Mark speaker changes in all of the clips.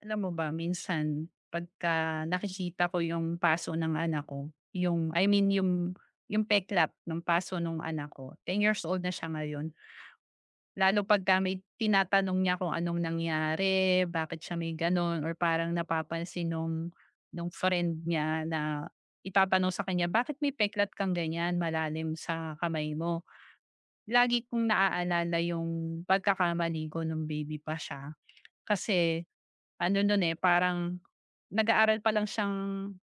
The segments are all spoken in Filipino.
Speaker 1: Alam mo ba minsan pagka nakikita ko yung paso ng anak ko, yung I mean yung peklat ng paso ng anak ko. 10 years old na siya ngayon. Lalo pagka may tinatanong niya kung anong nangyari, bakit siya may gano'n or parang napapansin nung friend niya na itatanong sa kanya, "Bakit may peklat kang ganyan malalim sa kamay mo?" Lagi kong naaalala yung pagkakamali ko nung baby pa siya kasi ano nun, eh, parang nag-aaral pa lang siyang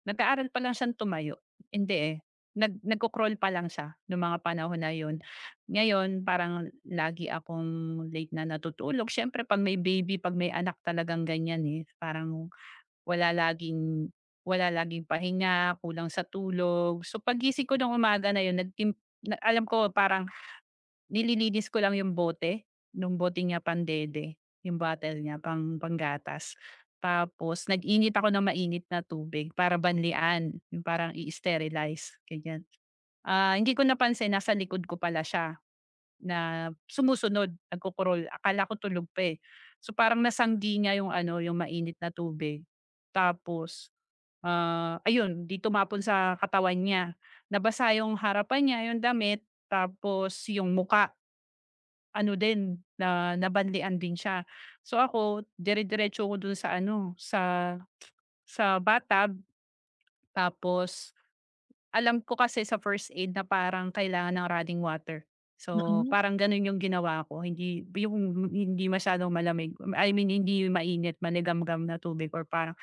Speaker 1: nag-aaral pa lang siyang tumayo, hindi, eh, nagko-crawl pa lang siya nung mga panahon na yun. Ngayon parang lagi akong late na natutulog. Siyempre 'pag may baby, 'pag may anak talagang ganyan, eh, parang wala laging wala laging pahinga, kulang sa tulog. So paggising ko ng umaga na yun, na alam ko, parang nililinis ko lang yung bote, nung bote niya pandede, yung bottle niya panggatas. Tapos nag-init ako ng mainit na tubig para banlian, yung parang i-sterilize, ganyan. Ah, hindi ko napansin nasa likod ko pala siya na sumusunod, nagko-crawl. Akala ko tulog pa, eh. So parang nasanggi niya yung ano, yung mainit na tubig. Tapos, ayun, 'di tumapon sa katawan niya. Nabasa yung harapan niya, yung damit, tapos yung ano din, na nabanlian din siya. So ako, dire-diretso ko dun sa ano, sa bathtub. Tapos alam ko kasi sa first aid na parang kailangan ng running water. So,
Speaker 2: Mm.
Speaker 1: parang ganun yung ginawa ko, hindi yung hindi masyadong malamig, I mean hindi mainit, manigamgam na tubig or parang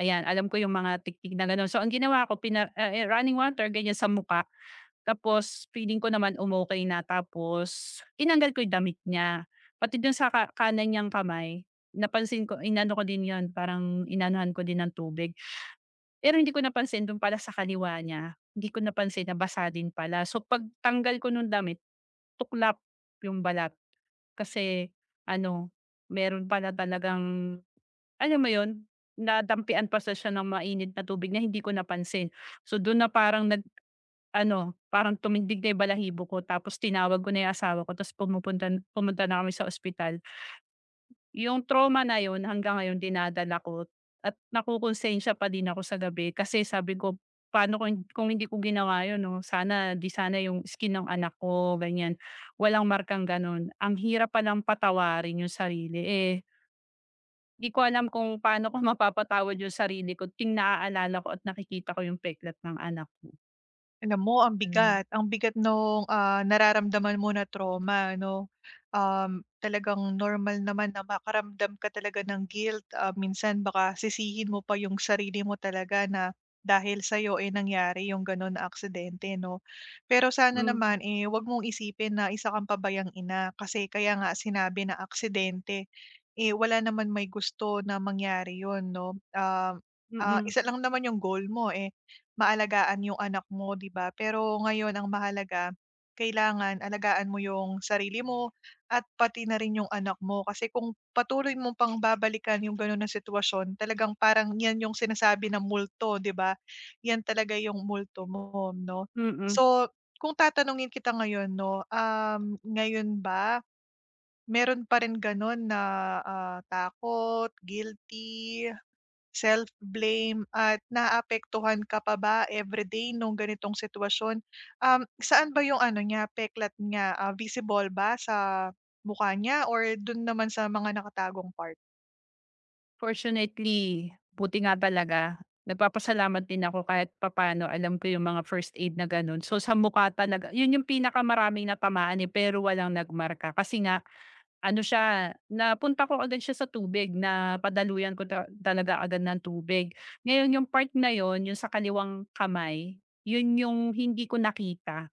Speaker 1: ayan, alam ko yung mga tiktik na gano'n. So, ang ginawa ko running water ganyan sa mukha. Tapos feeling ko naman umokey na, tapos tinanggal ko yung damit niya. Pati dun sa kanan niyang kamay, napansin ko inano ko din yun, parang inanuhan ko din ng tubig. Pero hindi ko napansin dun pala sa kaliwa niya, hindi ko napansin na basa din pala. So pagtanggal ko nung damit, tuklap yung balat. Kasi ano, meron pala talagang alam mo yun, nadampian pa sa siya ng mainit na tubig na hindi ko napansin. So dun na parang ano, parang tumindig na yung balahibo ko. Tapos tinawag ko na yung asawa ko, tapos pumunta na kami sa ospital. Yung trauma na yun hanggang ngayon dinadala ko, at nakokonsensya pa din ako sa gabi. Kasi sabi ko, paano kung hindi ko ginawa yun, no? Sana, di sana yung skin ng anak ko, ganyan. Walang markang ganun. Ang hirap palang patawarin yung sarili. Eh, di ko alam kung paano ko mapapatawad yung sarili ko tuwing naaalala ko at nakikita ko yung peklat ng anak ko.
Speaker 2: Alam mo
Speaker 1: Hmm.
Speaker 2: ang bigat nung, nararamdaman mo na trauma 'no. Talagang normal naman na makaramdam ka talaga ng guilt, minsan baka sisihin mo pa yung sarili mo talaga na dahil sa sa'yo, eh, nangyari yung gano'n na aksidente 'no. Pero sana
Speaker 1: Hmm.
Speaker 2: naman, eh, 'wag mong isipin na isa kang pabayang ina kasi kaya nga sinabi na aksidente, eh, wala naman may gusto na mangyari yun 'no.
Speaker 1: Mm.
Speaker 2: Isa lang naman yung goal mo, eh, maalagaan yung anak mo, 'di ba? Pero ngayon ang mahalaga, kailangan alagaan mo yung sarili mo at pati na rin yung anak mo. Kasi kung patuloy mong pang babalikan yung gano'n na sitwasyon, talagang parang 'yan yung sinasabi na multo, 'di ba? 'Yan talaga yung multo mo, 'no?
Speaker 1: Mm.
Speaker 2: So, kung tatanungin kita ngayon, 'no, ngayon ba meron pa rin gano'n na, takot, guilty? Self-blame at naapektuhan ka pa ba everyday nung ganitong sitwasyon? Saan ba yung ano niya, peklat niya, ah, visible ba sa mukha niya or dun naman sa mga nakatagong part?
Speaker 1: Fortunately, buti nga talaga, nagpapasalamat din ako kahit papaano alam ko yung mga first aid na gano'n. So, sa mukha talaga yun yung pinakamaraming natamaan, eh, pero walang nagmarka kasi nga ano siya, napunta ko agad siya sa tubig, na padaluyan ko talaga agad ng tubig. Ngayon yung part na yun, yung sa kaliwang kamay, yun yung hindi ko nakita.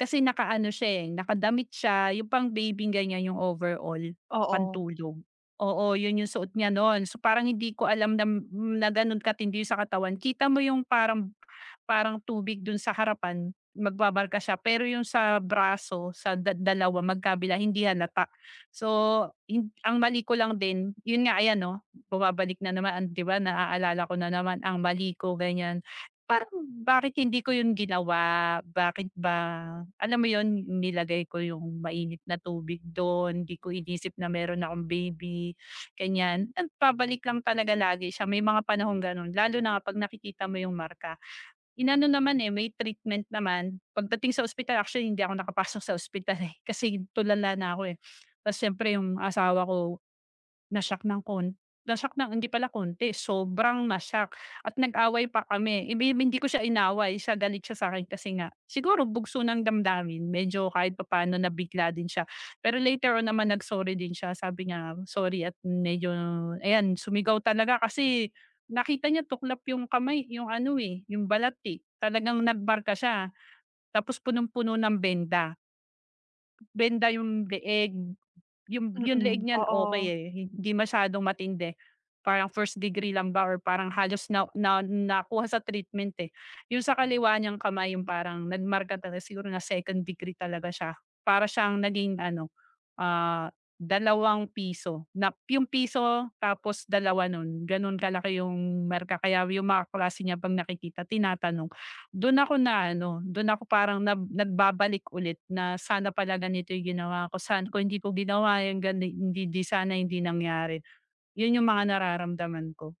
Speaker 1: Kasi nakaano siya, eh, nakadamit siya, yung pang baby ganyan, yung overall,
Speaker 2: Oo,
Speaker 1: pantulog. Oo, yun yung suot niya nun. So, parang hindi ko alam na na ganun katindi sa katawan. Kita mo yung parang parang tubig dun sa harapan, magbabarka siya, pero yung sa braso, sa dalawa magkabila, hindi halata. So, ang mali ko lang din, yun nga, ayan 'no, bumabalik na naman, 'di ba, naaalala ko na naman ang mali ko, ganyan. Parang bakit hindi ko yun ginawa, bakit ba alam mo yun, nilagay ko yung mainit na tubig dun, di ko inisip na meron akong baby, ganyan. At pabalik lang talaga lagi siya, may mga panahong ganun lalo na kapag nakikita mo yung marka. Inano naman, eh, may treatment naman, pagdating sa ospital. Actually hindi ako nakapasok sa ospital, eh, kasi tulala na ako, eh. Tas siyempre yung asawa ko na-shock ng kon na-shock ng hindi pala konti, sobrang na-shock, at nag-away pa kami. Hindi ko siya inaway, siya galit siya sa'kin kasi nga siguro bugso ng damdamin, medyo kahit papaano nabigla din siya. Pero later on naman nag-sorry din siya, sabi niya sorry at medyo ayan, sumigaw talaga kasi nakita niya tuklap yung kamay, yung ano, eh, yung balat, eh. Talagang nagmarka siya, tapos punong-puno ng benda. Benda yung leeg, yung
Speaker 2: mm,
Speaker 1: leeg niyan okey,
Speaker 2: oo,
Speaker 1: eh, hindi masyadong matindi. Parang first degree lang ba, or parang halos na na nakuha sa treatment, eh. Yung sa kaliwa niyang kamay yung parang nagmarka talaga, siguro na second degree talaga siya. Para siyang naging ano, ah, dalawang piso, na yung piso tapos dalawa nun, ganun kalaki yung merka, kaya yung mga kaklase niya pag nakikita, tinatanong. Dun ako na ano, dun ako parang nagbabalik ulit na sana pala ganito yung ginawa ko, sana kung hindi ko ginawa yung gani hindi di sana hindi nangyari. Yun yung mga nararamdaman ko.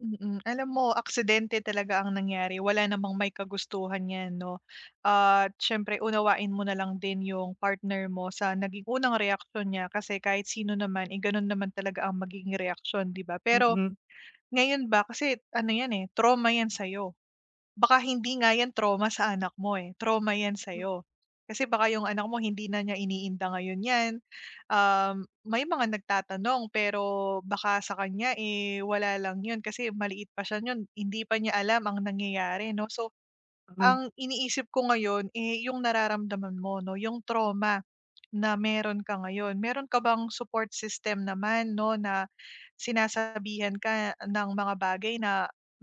Speaker 2: mm. Alam mo aksidente talaga ang nangyari, wala namang may kagustuhan 'yan 'no. At siyempre unawain mo na lang din yung partner mo sa naging unang reaksyon niya kasi kahit sino naman, eh, ganun naman talaga ang magiging reaksyon, 'di ba? Pero
Speaker 1: Mm.
Speaker 2: ngayon ba kasi ano 'yan, eh, trauma 'yan sa'yo. Baka hindi nga 'yan trauma sa anak mo, eh, trauma 'yan sa'yo. Kasi baka yung anak mo hindi na niya iniinda ngayon 'yan. May mga nagtatanong pero baka sa kanya, eh, wala lang 'yun kasi maliit pa siya yun hindi pa niya alam ang nangyayari 'no. So,
Speaker 1: Mm.
Speaker 2: ang iniisip ko ngayon, eh, yung nararamdaman mo 'no, yung trauma. Na meron ka ngayon. Meron ka bang support system naman 'no, na sinasabihan ka ng mga bagay na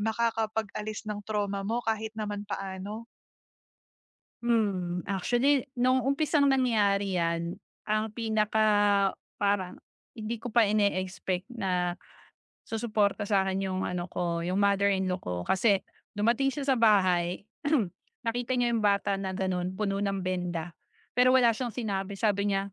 Speaker 2: makakapag-alis ng trauma mo kahit naman paano?
Speaker 1: Hmm. Actually nung umpisang nangyari yan, ang pinaka parang hindi ko pa ine-expect na susuporta sa'kin yung ano ko, yung mother-in-law ko. Kasi dumating siya sa bahay, nakita niya yung bata na gano'n, puno ng benda, pero wala siyang sinabi. Sabi niya,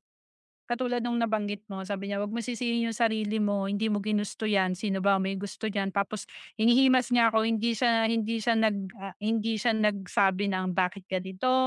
Speaker 1: katulad nung nabanggit mo, sabi niya, "Wag mo sisihin yung sarili mo, hindi mo ginusto 'yan, sino ba may gusto diyan?" Tapos hinihimas niya ako, hindi siya hindi siya nagsabi ng bakit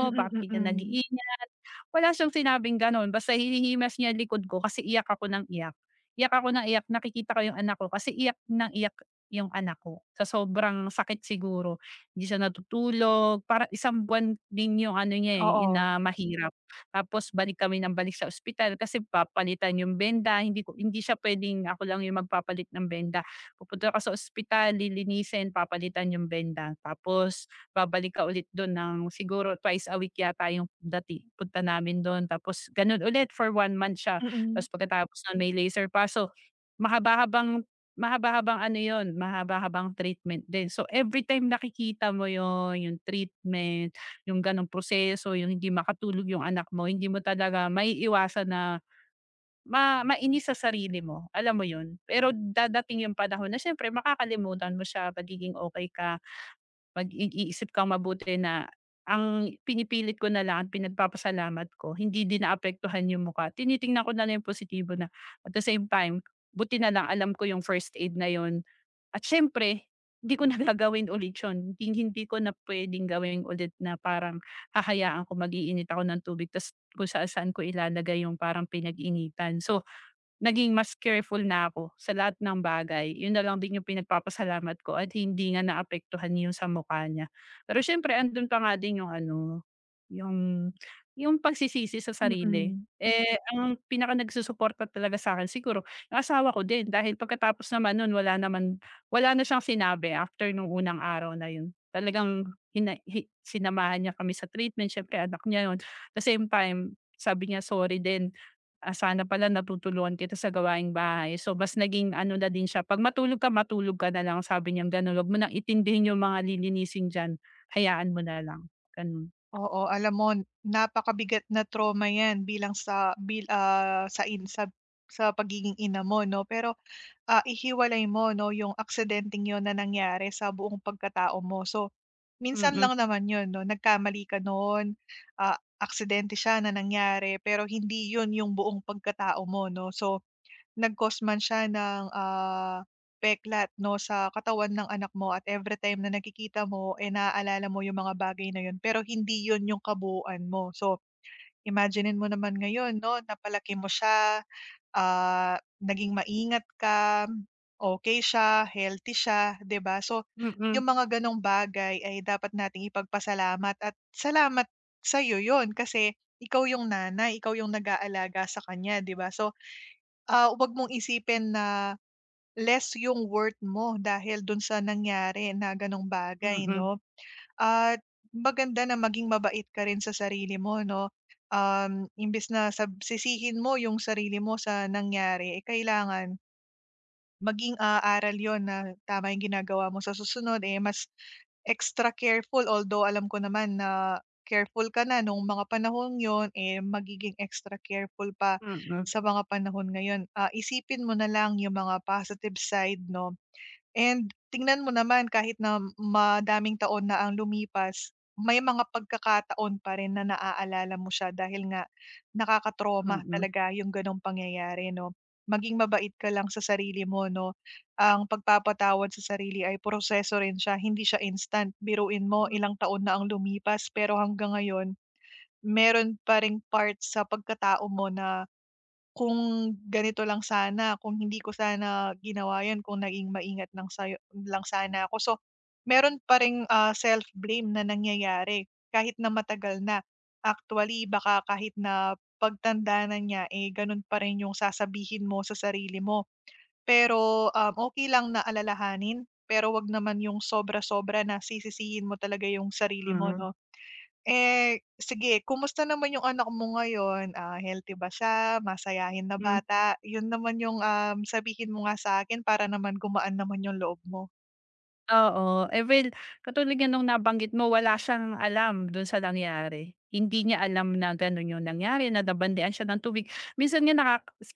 Speaker 2: Mm, mm,
Speaker 1: bakit ka
Speaker 2: mm.
Speaker 1: nag-iingat, wala siyang sinabing gano'n. Basta hinihimas niya likod ko kasi iyak ako ng iyak. Iyak ako ng iyak, nakikita ko yung anak ko kasi iyak ng iyak yung anak ko sa sobrang sakit siguro. Hindi siya natutulog, para isang buwan din yung ano niya, eh,
Speaker 2: Oo.
Speaker 1: na mahirap. Tapos balik kami ng balik sa ospital kasi papalitan yung benda, hindi siya puwedeng ako lang yung magpapalit ng benda. Pupunta ka sa ospital, lilinisin, papalitan yung benda, tapos babalik ka ulit do'n ng siguro twice a week yata yung dati punta namin do'n. Tapos gano'n ulit for one month siya,
Speaker 2: Mm,
Speaker 1: tapos pagkatapos no'n may laser pa. So, mahaba-habang mahaba-habang ano yon, mahaba-habang treatment din. So, everytime nakikita mo yon yung treatment, yung gano'ng proseso, yung hindi makatulog yung anak mo, hindi mo talaga maiiwasan na mainis sa sarili mo, alam mo 'yun? Pero dadating yung panahon na siyempre makakalimutan mo siya, magiging okay ka, mag-iisip kang mabuti na, ang pinipilit ko na lang, pinagpapasalamat ko, hindi din naapektuhan yung mukha. Tinitingnan ko na lang yung positibo na, at the same time, buti na lang alam ko yung first aid na 'yun. At siyempre, hindi ko na gagawin ulit yun. Hindi ko na puwedeng gawin ulit na parang hahayaan ko, mag-iinit ako ng tubig ta's kung saan-saan ko ilalagay yung parang pinag-initan. So, naging mas careful na ako sa lahat ng bagay. Yun na lang din yung pinagpapasalamat ko at hindi nga naapektuhan yung sa mukha niya. Pero syempre andun pa nga din yung ano, yung pagsisisi sa sarili.
Speaker 2: mm.
Speaker 1: Mm. Eh, ang pinaka nagsusuporta talaga sa'kin siguro yung asawa ko din, dahil pagkatapos naman nun wala naman, wala na siyang sinabi after nung unang araw na yun. Talagang hina hi sinamahan niya kami sa treatment. Syempre anak niya yun. The same time, sabi niya sorry din. Ah, sana pala natutulungan kita sa gawaing bahay. So, mas naging ano na din siya, 'pag matulog ka na lang, sabi niyang gano'n. Huwag mo nang intindihin yung mga lilinisin diyan, hayaan mo na lang, gano'n.
Speaker 2: Oo, alam mo napakabigat na trauma 'yan bilang sa sa in sa sa pagiging ina mo 'no, pero, ihiwalay mo 'no, yung aksidenteng yon na nangyari sa buong pagkatao mo. So,
Speaker 1: Mm.
Speaker 2: minsan
Speaker 1: Mm.
Speaker 2: lang naman 'yun 'no, nagkamali ka noon, aksidente siya na nangyari, pero hindi 'yun yung buong pagkatao mo 'no. So, nag-cause man siya ng, peklat 'no sa katawan ng anak mo at every time na nakikita mo, eh, naaalala mo yung mga bagay na 'yun, pero hindi 'yun yung kabuuan mo. So, imaginin mo naman ngayon 'no, napalaki mo siya, ah, naging maingat ka, okay siya, healthy siya, 'di ba? So, yung
Speaker 1: Mm.
Speaker 2: mga gano'ng bagay ay dapat nating ipagpasalamat at salamat sa'yo yon kasi ikaw yung nanay, ikaw yung nag-aalaga sa kanya, 'di ba? So, 'wag mong isipin na less yung worth mo dahil dun sa nangyari na gano'ng
Speaker 1: Mm.
Speaker 2: bagay, 'no?
Speaker 1: Mm.
Speaker 2: At maganda na maging mabait ka rin sa sarili mo 'no. Imbis na sisihin mo yung sarili mo sa nangyari, eh, kailangan maging, aral yun na tama yung ginagawa mo sa susunod, eh, mas extra careful. Although alam ko naman na careful ka na nung mga panahong yon, eh, magiging extra careful pa
Speaker 1: Mm.
Speaker 2: sa mga panahon ngayon. Ah, isipin mo na lang yung mga positive side 'no. And tingnan mo naman kahit na madaming taon na ang lumipas, may mga pagkakataon pa rin na naaalala mo siya dahil nga nakakatroma
Speaker 1: Mm.
Speaker 2: talaga yung gano'ng pangyayari 'no. Maging mabait ka lang sa sarili mo 'no, ang pagpapatawad sa sarili ay proseso rin siya, hindi siya instant. Biruin mo ilang taon na ang lumipas pero hanggang ngayon meron pa ring part sa pagkatao mo na kung ganito lang sana, kung hindi ko sana ginawa 'yan, kung naging maingat lang sayo lang sana ako. So, meron pa ring, self-blame na nangyayari kahit na matagal na. Actually, baka kahit na pagtanda na niya, eh, gano'n pa rin 'yung sasabihin mo sa sarili mo. Pero, okey lang na alalahanin, pero wag naman 'yung sobra-sobra na sisisihin mo talaga 'yung sarili mo
Speaker 1: Mm.
Speaker 2: 'no. Eh, sige kumusta naman yung anak mo ngayon, ah, healthy ba siya, masayahin na
Speaker 1: Mm.
Speaker 2: bata? Yun naman yung, sabihin mo nga sa'kin para naman gumaan naman yung loob mo.
Speaker 1: Oo, eh, well, katulad nga nung nabanggit mo, wala siyang alam dun sa nangyari. Hindi niya alam na ganun yung nangyari, na nabandian siya ng tubig. Minsan nga naka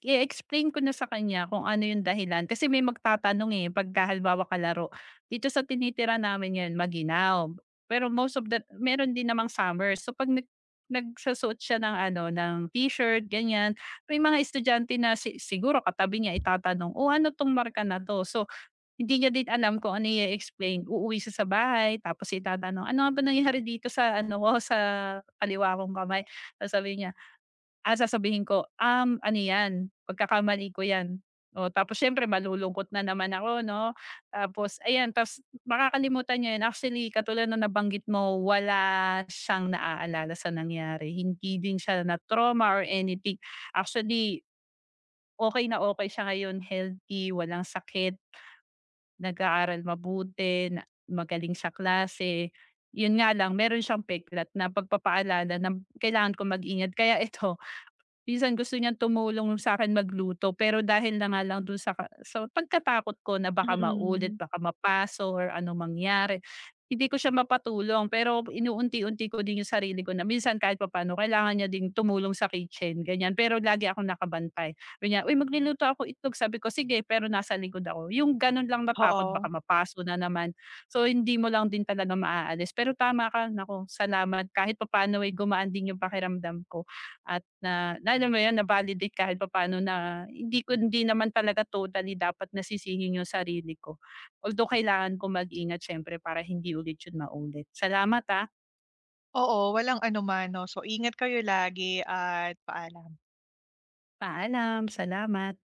Speaker 1: i-explain ko na sa kanya kung ano yung dahilan, kasi may magtatanong, eh, pagka halimbawa kalaro. Dito sa tinitira namin ngayon maginaw, pero most of the meron din namang summer. So 'pag nagsusuot siya ng ano, ng t-shirt ganyan, may mga estudyante na siguro katabi niya, itatanong, "Oh, ano 'tong marka na 'to?" So hindi niya din alam kung ano i-e-explain. Uuwi siya sa bahay tapos itatanong, "Ano nga ba nangyari dito sa ano ko, sa kaliwa kong kamay?" Sasabihin niya, ah, sasabihin ko, Ano 'yan, pagkakamali ko 'yan." O tapos siyempre malulungkot na naman ako 'no, tapos ayan, tapos makakalimutan niya 'yun. Actually, katulad na nabanggit mo, wala siyang naaalala sa nangyari. Hindi din siya na-trauma or anything. Actually, okay na okay siya ngayon, healthy, walang sakit. Nag-aaral mabuti, na magaling sa klase. Yun nga lang, meron siyang peklat na pagpapaalala na kailangan kong mag-ingat kaya ito. Minsan gusto niyang tumulong sa'kin magluto, pero dahil na nga lang dun sa sa pagkatakot ko na baka maulit,
Speaker 2: Mm.
Speaker 1: baka mapaso or ano mangyari, hindi ko siya mapatulong. Pero inuunti-unti ko din yung sarili ko na minsan kahit papaano kailangan niya ding tumulong sa kitchen, ganyan. Pero lagi akong nakabantay. Ganyan, "Uy, magluluto ako itlog." Sabi ko, "Sige." Pero nasa likod ako. Yung ganun lang na takot
Speaker 2: Oo.
Speaker 1: baka mapaso na naman. So, hindi mo lang din talaga maaalis. Pero tama ka, naku, salamat. Kahit papaano ay gumaan din yung pakiramdam ko. At na na alam mo yun, na-validate kahit papaano na hindi naman talaga totally dapat nasisihin yung sarili ko. Although kailangan ko mag-ingat siyempre para hindi ulit yun maulit. Salamat, ah.
Speaker 2: Oo, walang ano man. 'No. So, ingat kayo lagi at paalam.
Speaker 1: Paalam, salamat.